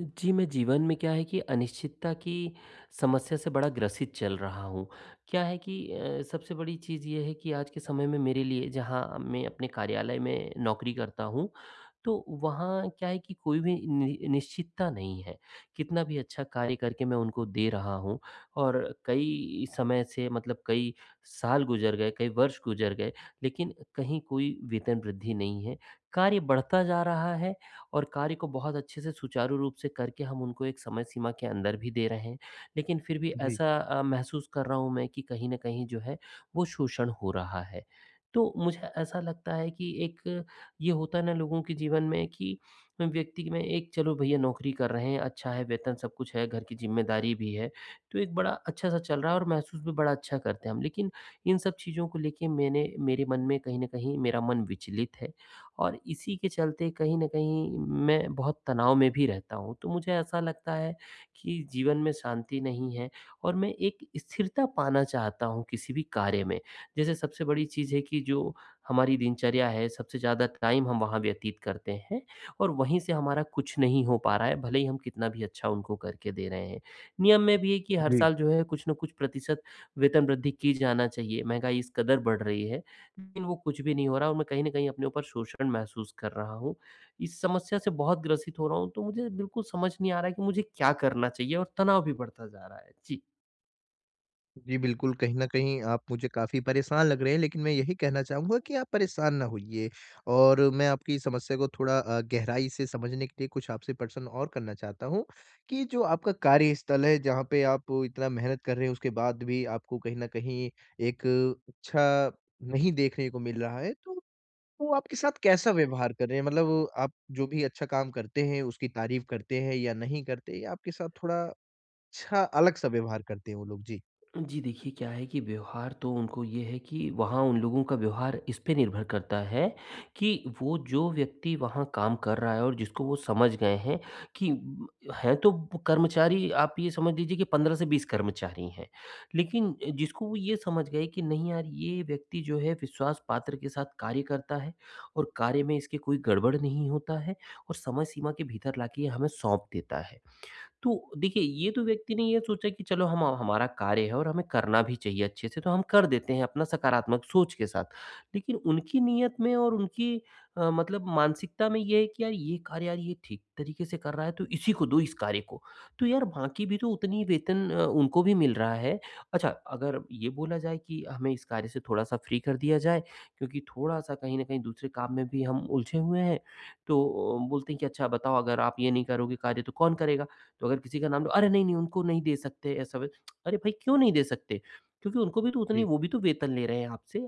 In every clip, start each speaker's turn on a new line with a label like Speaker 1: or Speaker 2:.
Speaker 1: जी, मैं जीवन में क्या है कि अनिश्चितता की समस्या से बड़ा ग्रसित चल रहा हूँ। क्या है कि सबसे बड़ी चीज़ ये है कि आज के समय में मेरे लिए जहाँ मैं अपने कार्यालय में नौकरी करता हूँ, तो वहाँ क्या है कि कोई भी नि निश्चितता नहीं है। कितना भी अच्छा कार्य करके मैं उनको दे रहा हूँ और कई समय से मतलब कई साल गुज़र गए, कई वर्ष गुज़र गए, लेकिन कहीं कोई वेतन वृद्धि नहीं है। कार्य बढ़ता जा रहा है और कार्य को बहुत अच्छे से सुचारू रूप से करके हम उनको एक समय सीमा के अंदर भी दे रहे हैं, लेकिन फिर भी
Speaker 2: जी।
Speaker 1: ऐसा महसूस कर रहा हूँ मैं कि कहीं न कहीं जो है वो शोषण हो रहा है। तो मुझे ऐसा लगता है कि एक ये होता है ना लोगों के जीवन में कि व्यक्ति में एक चलो भैया नौकरी कर रहे हैं, अच्छा है, वेतन सब कुछ है, घर की ज़िम्मेदारी भी है, तो एक बड़ा अच्छा-सा चल रहा है और महसूस भी बड़ा अच्छा करते हैं हम। लेकिन इन सब चीज़ों को लेके मैंने मेरे मन में कहीं न कहीं मेरा मन विचलित है और इसी के चलते कहीं न कहीं मैं बहुत तनाव में भी रहता हूँ। तो मुझे ऐसा लगता है कि जीवन में शांति नहीं है और मैं एक स्थिरता पाना चाहता हूँ किसी भी कार्य में। जैसे सबसे बड़ी चीज़ है कि जो हमारी दिनचर्या है, सबसे ज़्यादा टाइम हम वहाँ व्यतीत करते हैं और वहीं से हमारा कुछ नहीं हो पा रहा है, भले ही हम कितना भी अच्छा उनको करके दे रहे हैं। नियम में भी है कि हर
Speaker 2: जी।
Speaker 1: साल जो है कुछ न कुछ प्रतिशत वेतन वृद्धि की जाना चाहिए, महँगाई इस कदर बढ़ रही है, लेकिन वो कुछ भी नहीं हो रहा और मैं कहीं न कहीं अपने ऊपर शोषण महसूस कर रहा हूँ। इस समस्या से बहुत ग्रसित हो रहा हूँ, तो मुझे बिल्कुल समझ नहीं आ रहा है कि मुझे क्या करना चाहिए और तनाव भी बढ़ता जा रहा है। जी।
Speaker 2: जी, बिल्कुल, कहीं न कहीं आप मुझे काफ़ी परेशान लग रहे हैं, लेकिन मैं यही कहना चाहूँगा कि आप परेशान ना होइए और मैं आपकी समस्या को थोड़ा गहराई से समझने के लिए कुछ आपसे प्रश्न और करना चाहता हूँ कि जो आपका कार्यस्थल है, जहाँ पे आप इतना मेहनत कर रहे हैं, उसके बाद भी आपको कहीं न कहीं एक अच्छा नहीं देखने को मिल रहा है, तो वो आपके साथ कैसा व्यवहार कर रहे हैं? मतलब आप जो भी अच्छा काम करते हैं, उसकी तारीफ़ करते हैं या नहीं करते या आपके साथ थोड़ा अच्छा अलग-सा व्यवहार करते हैं वो लोग? जी।
Speaker 1: जी, देखिए क्या है कि व्यवहार तो उनको ये है कि वहाँ उन लोगों का व्यवहार इस पे निर्भर करता है कि वो जो व्यक्ति वहाँ काम कर रहा है और जिसको वो समझ गए हैं कि हैं तो कर्मचारी आप ये समझ लीजिए कि 15 से 20 कर्मचारी हैं। लेकिन जिसको वो ये समझ गए कि नहीं यार, ये व्यक्ति जो है विश्वास पात्र के साथ कार्य करता है और कार्य में इसके कोई गड़बड़ नहीं होता है और समय सीमा के भीतर लाके ये हमें सौंप देता है। तो देखिए, ये तो व्यक्ति ने ये सोचा कि चलो हम हमारा कार्य है और हमें करना भी चाहिए अच्छे से, तो हम कर देते हैं अपना सकारात्मक सोच के साथ। लेकिन उनकी नीयत में और उनकी मतलब मानसिकता में ये है कि यार ये कार्य, यार ये ठीक तरीके से कर रहा है, तो इसी को दो इस कार्य को। तो यार बाकी भी तो उतनी ही वेतन उनको भी मिल रहा है। अच्छा, अगर ये बोला जाए कि हमें इस कार्य से थोड़ा-सा फ्री कर दिया जाए, क्योंकि थोड़ा-सा कहीं न कहीं दूसरे काम में भी हम उलझे हुए हैं, तो बोलते हैं कि अच्छा, बताओ अगर आप ये नहीं करोगे कार्य तो कौन करेगा? तो अगर किसी का नाम लो, अरे नहीं, नहीं उनको नहीं दे सकते, ऐसा वै अरे भाई, क्यों नहीं दे सकते? क्योंकि उनको भी तो उतनी
Speaker 2: जी,
Speaker 1: वो भी तो वेतन ले रहे हैं आपसे,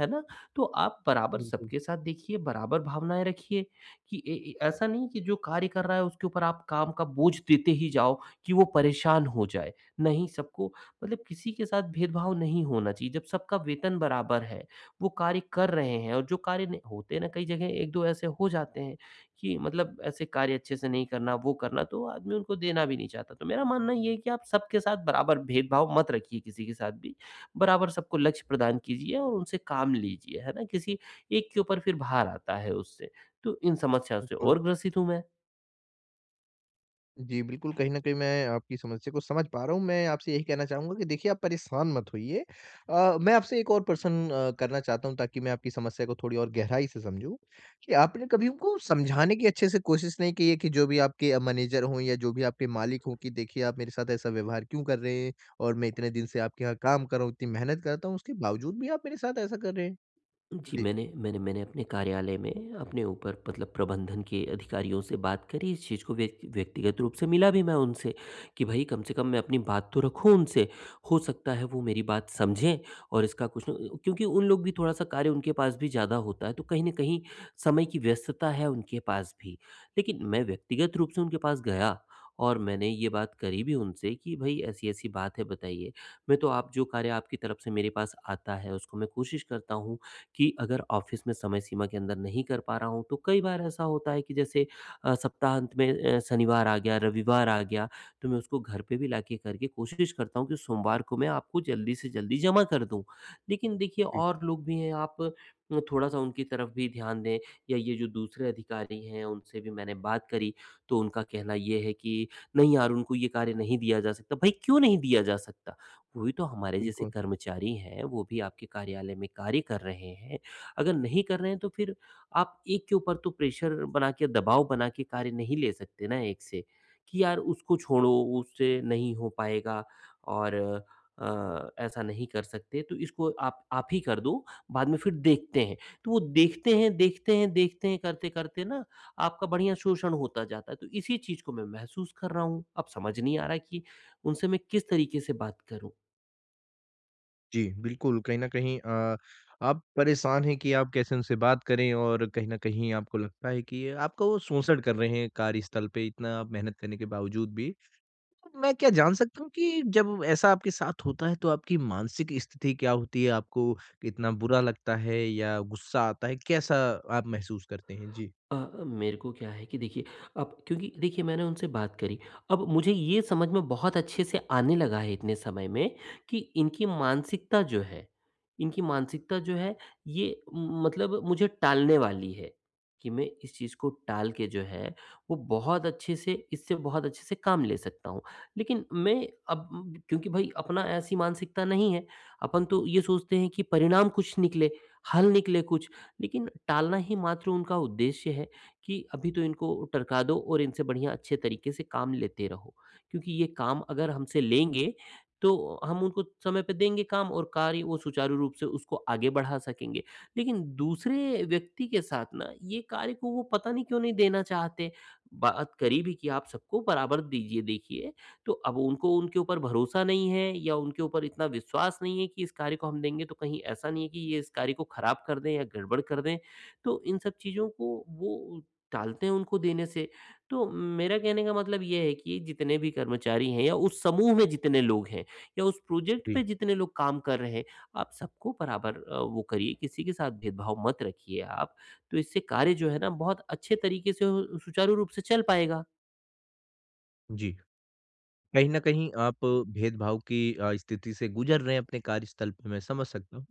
Speaker 1: है ना? तो आप बराबर
Speaker 2: बिल्कुल,
Speaker 1: सबके साथ देखिए, बराबर भावनाएँ रखिए कि ए ए ऐसा नहीं कि जो कार्य कर रहा है उसके ऊपर आप काम का बोझ देते ही जाओ कि वो परेशान हो जाए। नहीं, सबको मतलब किसी के साथ भेदभाव नहीं होना चाहिए। जब सबका वेतन बराबर है, वो कार्य कर रहे हैं और जो कार्य नहीं होते ना कई जगह 1-2 ऐसे हो जाते हैं कि मतलब ऐसे कार्य अच्छे से नहीं करना, वो करना, तो आदमी उनको देना भी नहीं चाहता। तो मेरा मानना ये है कि आप सबके साथ बराबर भेदभाव मत रखिए किसी के साथ भी। बराबर सबको लक्ष्य प्रदान कीजिए और उनसे काम लीजिए, है ना? किसी एक के ऊपर फिर भार आता है उससे। तो इन समस्या से
Speaker 2: बिल्कुल।
Speaker 1: और ग्रसित हूँ मैं।
Speaker 2: जी, बिल्कुल, कहीं न कहीं मैं आपकी समस्या को समझ पा रहा हूँ। मैं आपसे यही कहना चाहूँगा कि देखिए आप परेशान मत होइए। मैं आपसे एक और प्रश्न करना चाहता हूँ ताकि मैं आपकी समस्या को थोड़ी और गहराई से समझूँ, कि आपने कभी उनको समझाने की अच्छे से कोशिश नहीं की है कि जो भी आपके मैनेजर हों या जो भी आपके मालिक हों कि देखिए आप मेरे साथ ऐसा व्यवहार क्यों कर रहे हैं और मैं इतने दिन से आपके यहाँ काम कर रहा हूँ, इतनी मेहनत करता हूँ, उसके बावजूद भी आप मेरे साथ ऐसा कर रहे हैं?
Speaker 1: जी,
Speaker 2: जी।
Speaker 1: मैंने मैंने मैंने अपने कार्यालय में अपने ऊपर मतलब प्रबंधन के अधिकारियों से बात करी, इस चीज़ को व्यक्तिगत रूप से मिला भी मैं उनसे कि भई कम से कम मैं अपनी बात तो रखूँ उनसे, हो सकता है वो मेरी बात समझें और इसका कुछ न, क्योंकि उन लोग भी थोड़ा-सा कार्य उनके पास भी ज़्यादा होता है, तो कहीं न कहीं समय की व्यस्तता है उनके पास भी। लेकिन मैं व्यक्तिगत रूप से उनके पास गया और मैंने ये बात करी भी उनसे कि भई ऐसी-ऐसी बात है, बताइए, मैं तो आप जो कार्य आपकी तरफ से मेरे पास आता है उसको मैं कोशिश करता हूँ कि अगर ऑफ़िस में समय सीमा के अंदर नहीं कर पा रहा हूँ, तो कई बार ऐसा होता है कि जैसे सप्ताहांत में शनिवार आ गया, रविवार आ गया, तो मैं उसको घर पे भी लाके करके कोशिश करता हूँ कि सोमवार को मैं आपको जल्दी से जल्दी जमा कर दूँ। लेकिन देखिए
Speaker 2: जी,
Speaker 1: और लोग भी हैं, आप थोड़ा-सा उनकी तरफ भी ध्यान दें या ये जो दूसरे अधिकारी हैं, उनसे भी मैंने बात करी, तो उनका कहना ये है कि, "नहीं यार, उनको ये कार्य नहीं दिया जा सकता।" भाई क्यों नहीं दिया जा सकता? वही तो हमारे जैसे
Speaker 2: बिल्कुल।
Speaker 1: कर्मचारी हैं, वो भी आपके कार्यालय में कार्य कर रहे हैं। अगर नहीं कर रहे हैं तो फिर आप एक के ऊपर तो प्रेशर बना के, दबाव बना के कार्य नहीं ले सकते ना एक से, कि यार उसको छोड़ो, उससे नहीं हो पाएगा और ऐसा नहीं कर सकते तो इसको आप ही कर दो, बाद में फिर देखते हैं। तो वो देखते हैं, देखते हैं, देखते हैं करते-करते ना आपका बढ़िया शोषण होता जाता है। तो इसी चीज़ को मैं महसूस कर रहा हूँ। अब समझ नहीं आ रहा कि उनसे मैं किस तरीके से बात करूँ?
Speaker 2: जी, बिल्कुल, कहीं न कहीं आप परेशान हैं कि आप कैसे उनसे बात करें और कहीं न कहीं आपको लगता है कि ये आपका वो शोषण कर रहे हैं कार्यस्थल पे इतना आप मेहनत करने के बावजूद भी। तो मैं क्या जान सकता हूँ कि जब ऐसा आपके साथ होता है तो आपकी मानसिक स्थिति क्या होती है? आपको कितना बुरा लगता है या गुस्सा आता है? कैसा आप महसूस करते हैं? जी।
Speaker 1: मेरे को क्या है कि देखिए अब क्योंकि देखिए मैंने उनसे बात करी। अब मुझे ये समझ में बहुत अच्छे से आने लगा है इतने समय में कि इनकी मानसिकता जो है ये म मतलब मुझे टालने वाली है, कि मैं इस चीज़ को टाल के जो है वो बहुत अच्छे से इससे बहुत अच्छे से काम ले सकता हूँ। लेकिन मैं अब क्योंकि भई अपना ऐसी मानसिकता नहीं है, अपन तो ये सोचते हैं कि परिणाम कुछ निकले, हल निकले कुछ। लेकिन टालना ही मात्र उनका उद्देश्य है कि अभी तो इनको टरका दो और इनसे बढ़िया अच्छे तरीके से काम लेते रहो। क्योंकि ये काम अगर हमसे लेंगे, तो हम उनको समय पे देंगे काम और कार्य वो सुचारू रूप से उसको आगे बढ़ा सकेंगे। लेकिन दूसरे व्यक्ति के साथ ना ये कार्य को वो पता नहीं क्यों नहीं देना चाहते। बात करी भी कि आप सबको बराबर दीजिए देखिए, तो अब उनको उनके ऊपर भरोसा नहीं है या उनके ऊपर इतना विश्वास नहीं है कि इस कार्य को हम देंगे तो कहीं ऐसा नहीं है कि ये इस कार्य को खराब कर दें या गड़बड़ कर दें, तो इन सब चीज़ों को वो टालते हैं उनको देने से। तो मेरा कहने का मतलब ये है कि जितने भी कर्मचारी हैं या उस समूह में जितने लोग हैं या उस प्रोजेक्ट
Speaker 2: जी।
Speaker 1: पे जितने लोग काम कर रहे हैं, आप सबको बराबर वो करिए, किसी के साथ भेदभाव मत रखिए आप, तो इससे कार्य जो है ना बहुत अच्छे तरीके से सुचारू रूप से चल पाएगा।
Speaker 2: जी। कहीं न कहीं आप भेदभाव की स्थिति से गुज़र रहे हैं अपने कार्यस्थल पे, मैं समझ सकता हूँ।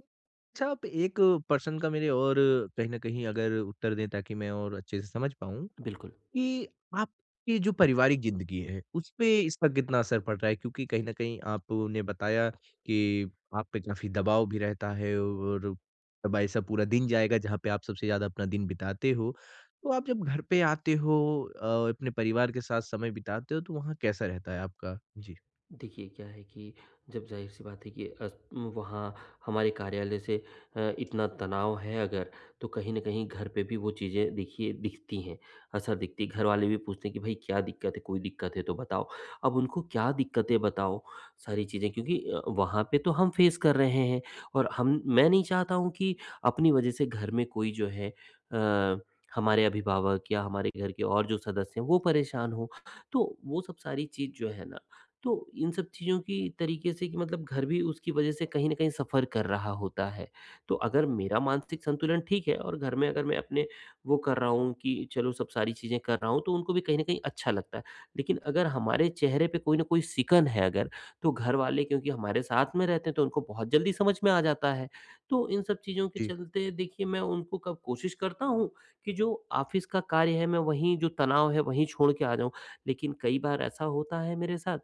Speaker 2: अच्छा आप 1 पर्सन का मेरे और कहीं न कहीं अगर उत्तर दें ताकि मैं और अच्छे से समझ पाऊँ।
Speaker 1: बिल्कुल।
Speaker 2: कि आपकी जो पारिवारिक ज़िंदगी है, उसपे इसका कितना असर पड़ रहा है? क्योंकि कहीं न कहीं आपने बताया कि आप पे काफ़ी दबाव भी रहता है और तब ऐसा पूरा दिन जाएगा जहाँ पे आप सबसे ज़्यादा अपना दिन बिताते हो। तो आप जब घर पे आते हो अपने परिवार के साथ समय बिताते हो तो वहाँ कैसा रहता है आपका? जी।
Speaker 1: देखिए, क्या है कि जब ज़ाहिर-सी बात है कि अस वहाँ हमारे कार्यालय से इतना तनाव है अगर, तो कहीं न कहीं घर पे भी वो चीज़ें देखिए दिखती हैं, असर दिखती है। घरवाले भी पूछते हैं कि, "भई क्या दिक्कत है? कोई दिक्कत है तो बताओ।" अब उनको क्या दिक्कतें बताओ, सारी चीज़ें क्योंकि वहाँ पे तो हम फ़ेस कर रहे हैं और हम, मैं नहीं चाहता हूँ कि अपनी वजह से घर में कोई जो है अ, हमारे अभिभावक या हमारे घर के और जो सदस्य हैं, वो परेशान हों। तो वो सब सारी चीज़ जो है ना, तो इन सब चीज़ों की तरीके से कि मतलब घर भी उसकी वजह से कहीं न कहीं सफ़र कर रहा होता है। तो अगर मेरा मानसिक संतुलन ठीक है और घर में अगर मैं अपने वो कर रहा हूँ कि चलो सब सारी चीज़ें कर रहा हूँ, तो उनको भी कहीं न कहीं अच्छा लगता है। लेकिन अगर हमारे चेहरे पे कोई न कोई सिकन है अगर, तो घरवाले क्योंकि हमारे साथ में रहते हैं तो उनको बहुत जल्दी समझ में आ जाता है। तो इन सब चीज़ों के चलते देखिए मैं उनको कब कोशिश करता हूँ कि जो ऑफ़िस का कार्य है मैं वहीं जो तनाव है वहीं छोड़ के आ जाऊँ। लेकिन कई बार ऐसा होता है मेरे साथ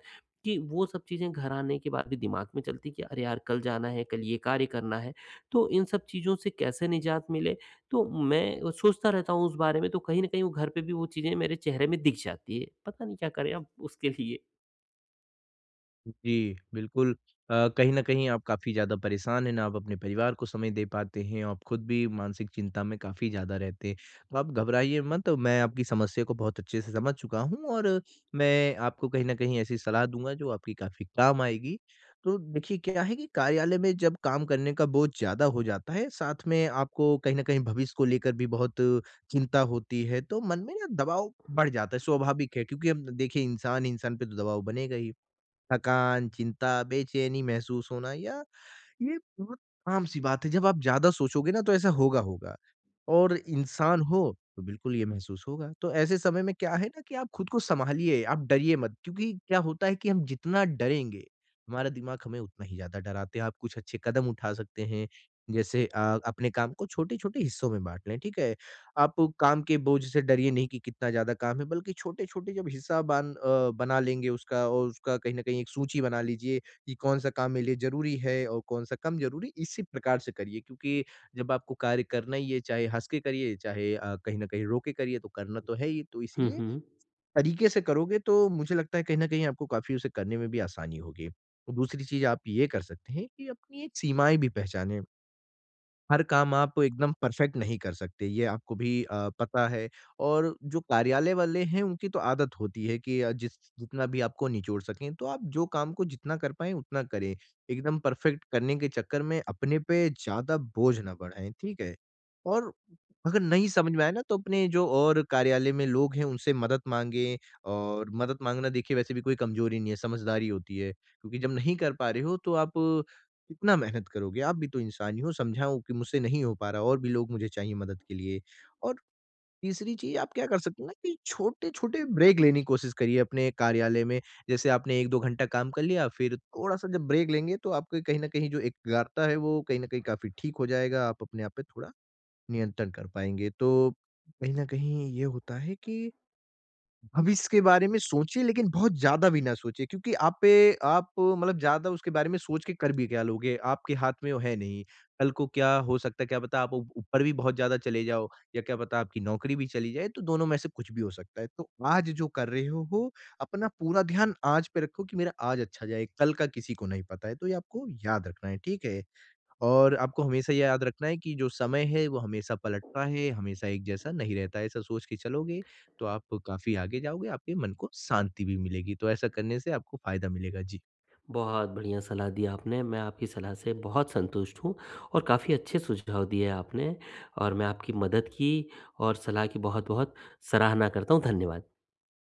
Speaker 1: कि वो सब चीज़ें घर आने के बाद भी दिमाग में चलती हैं कि अरे यार कल जाना है, कल ये कार्य करना है। तो इन सब चीज़ों से कैसे निजात मिले? तो मैं सोचता रहता हूँ उस बारे में, तो कहीं न कहीं वो घर पे भी वो चीज़ें मेरे चेहरे में दिख जाती है। पता नहीं क्या करें अब उसके लिए?
Speaker 2: जी, बिल्कुल। कहीं न कहीं आप काफ़ी ज़्यादा परेशान हैं, ना आप अपने परिवार को समय दे पाते हैं, आप खुद भी मानसिक चिंता में काफ़ी ज़्यादा रहते हैं। तो आप घबराइए मत, मैं आपकी समस्या को बहुत अच्छे से समझ चुका हूँ और मैं आपको कहीं न कहीं ऐसी सलाह दूँगा जो आपकी काफ़ी काम आएगी। तो देखिए क्या है कि कार्यालय में जब काम करने का बोझ ज़्यादा हो जाता है, साथ में आपको कहीं न कहीं भविष्य को लेकर भी बहुत चिंता होती है, तो मन में ना दबाव बढ़ जाता है, स्वाभाविक है क्योंकि हम देखिए इंसान, इंसान पे तो दबाव बनेगा ही। थकान, चिंता, बेचैनी महसूस होना या ये बहुत आम सी बात है। जब आप ज़्यादा सोचोगे ना तो ऐसा होगा-होगा और इंसान हो तो बिल्कुल ये महसूस होगा। तो ऐसे समय में क्या है ना कि आप खुद को सँभालिए, आप डरिए मत क्योंकि क्या होता है कि हम जितना डरेंगे, हमारा दिमाग हमें उतना ही ज़्यादा डराते हैं। आप कुछ अच्छे कदम उठा सकते हैं, जैसे अपने काम को छोटे-छोटे हिस्सों में बाँट लें, ठीक है? आप काम के बोझ से डरिए नहीं कि कितना ज़्यादा काम है, बल्कि छोटे-छोटे जब हिस्सा बना लेंगे उसका और उसका कहीं न कहीं एक सूची बना लीजिए कि कौन-सा काम मेरे लिए ज़रूरी है और कौन-सा कम ज़रूरी, इसी प्रकार से करिए क्योंकि जब आपको कार्य करना ही है, चाहे हँस के करिए, चाहे कहीं न कहीं रो के करिए, तो करना तो है ही। तो
Speaker 1: हुँ,
Speaker 2: इसीलिए
Speaker 1: हुँ।
Speaker 2: तरीके से करोगे तो मुझे लगता है कहीं न कहीं आपको काफ़ी उसे करने में भी आसानी होगी। और दूसरी चीज़ आप ये कर सकते हैं कि अपनी एक सीमाएँ भी पहचानें। हर काम आप एकदम परफेक्ट नहीं कर सकते, ये आपको भी पता है और जो कार्यालय वाले हैं, उनकी तो आदत होती है कि जिस जितना भी आपको निचोड़ सकें, तो आप जो काम को जितना कर पाएँ, उतना करें। एकदम परफेक्ट करने के चक्कर में अपने पे ज़्यादा बोझ ना बढ़ाएँ, ठीक है? और अगर नहीं समझ में आए ना, तो अपने जो और कार्यालय में लोग हैं, उनसे मदद माँगे और मदद माँगना देखिए वैसे भी कोई कमज़ोरी नहीं है, समझदारी होती है। क्योंकि जब नहीं कर पा रहे हो, तो आप कितना मेहनत करोगे? आप भी तो इंसान ही हो, समझाओ कि मुझसे नहीं हो पा रहा और भी लोग मुझे चाहिए मदद के लिए। और तीसरी चीज़ आप क्या कर सकते हो ना कि छोटे-छोटे ब्रेक लेने की कोशिश करिए अपने कार्यालय में। जैसे आपने 1-2 घंटा काम कर लिया, फिर थोड़ा-सा जब ब्रेक लेंगे तो आपके कहीं न कहीं जो एकाग्रता है वो कहीं न कहीं काफ़ी ठीक हो जाएगा। आप अपने आप पे थोड़ा नियंत्रण कर पाएँगे। तो कहीं न कहीं ये होता है कि भविष्य के बारे में सोचिए लेकिन बहुत ज़्यादा भी ना सोचिए क्योंकि आप पे आप मतलब ज़्यादा उसके बारे में सोच के कर भी क्या लोगे? आपके हाथ में वो है नहीं। कल को क्या हो सकता है क्या पता आप ऊ ऊपर भी बहुत ज़्यादा चले जाओ या क्या पता आपकी नौकरी भी चली जाए तो दोनों में से कुछ भी हो सकता है। तो आज जो कर रहे हो, अपना पूरा ध्यान आज पे रखो कि मेरा आज अच्छा जाए, कल का किसी को नहीं पता है तो ये आपको याद रखना है, ठीक है? और आपको हमेशा ये याद रखना है कि जो समय है वो हमेशा पलटता है, हमेशा एक जैसा नहीं रहता है। ऐसा सोच के चलोगे तो आप काफ़ी आगे जाओगे, आपके मन को शांति भी मिलेगी। तो ऐसा करने से आपको फ़ायदा मिलेगा। जी।
Speaker 1: बहुत बढ़िया सलाह दी आपने। मैं आपकी सलाह से बहुत संतुष्ट हूँ और काफ़ी अच्छे सुझाव दिए आपने और मैं आपकी मदद की और सलाह की बहुत-बहुत सराहना करता हूँ। धन्यवाद।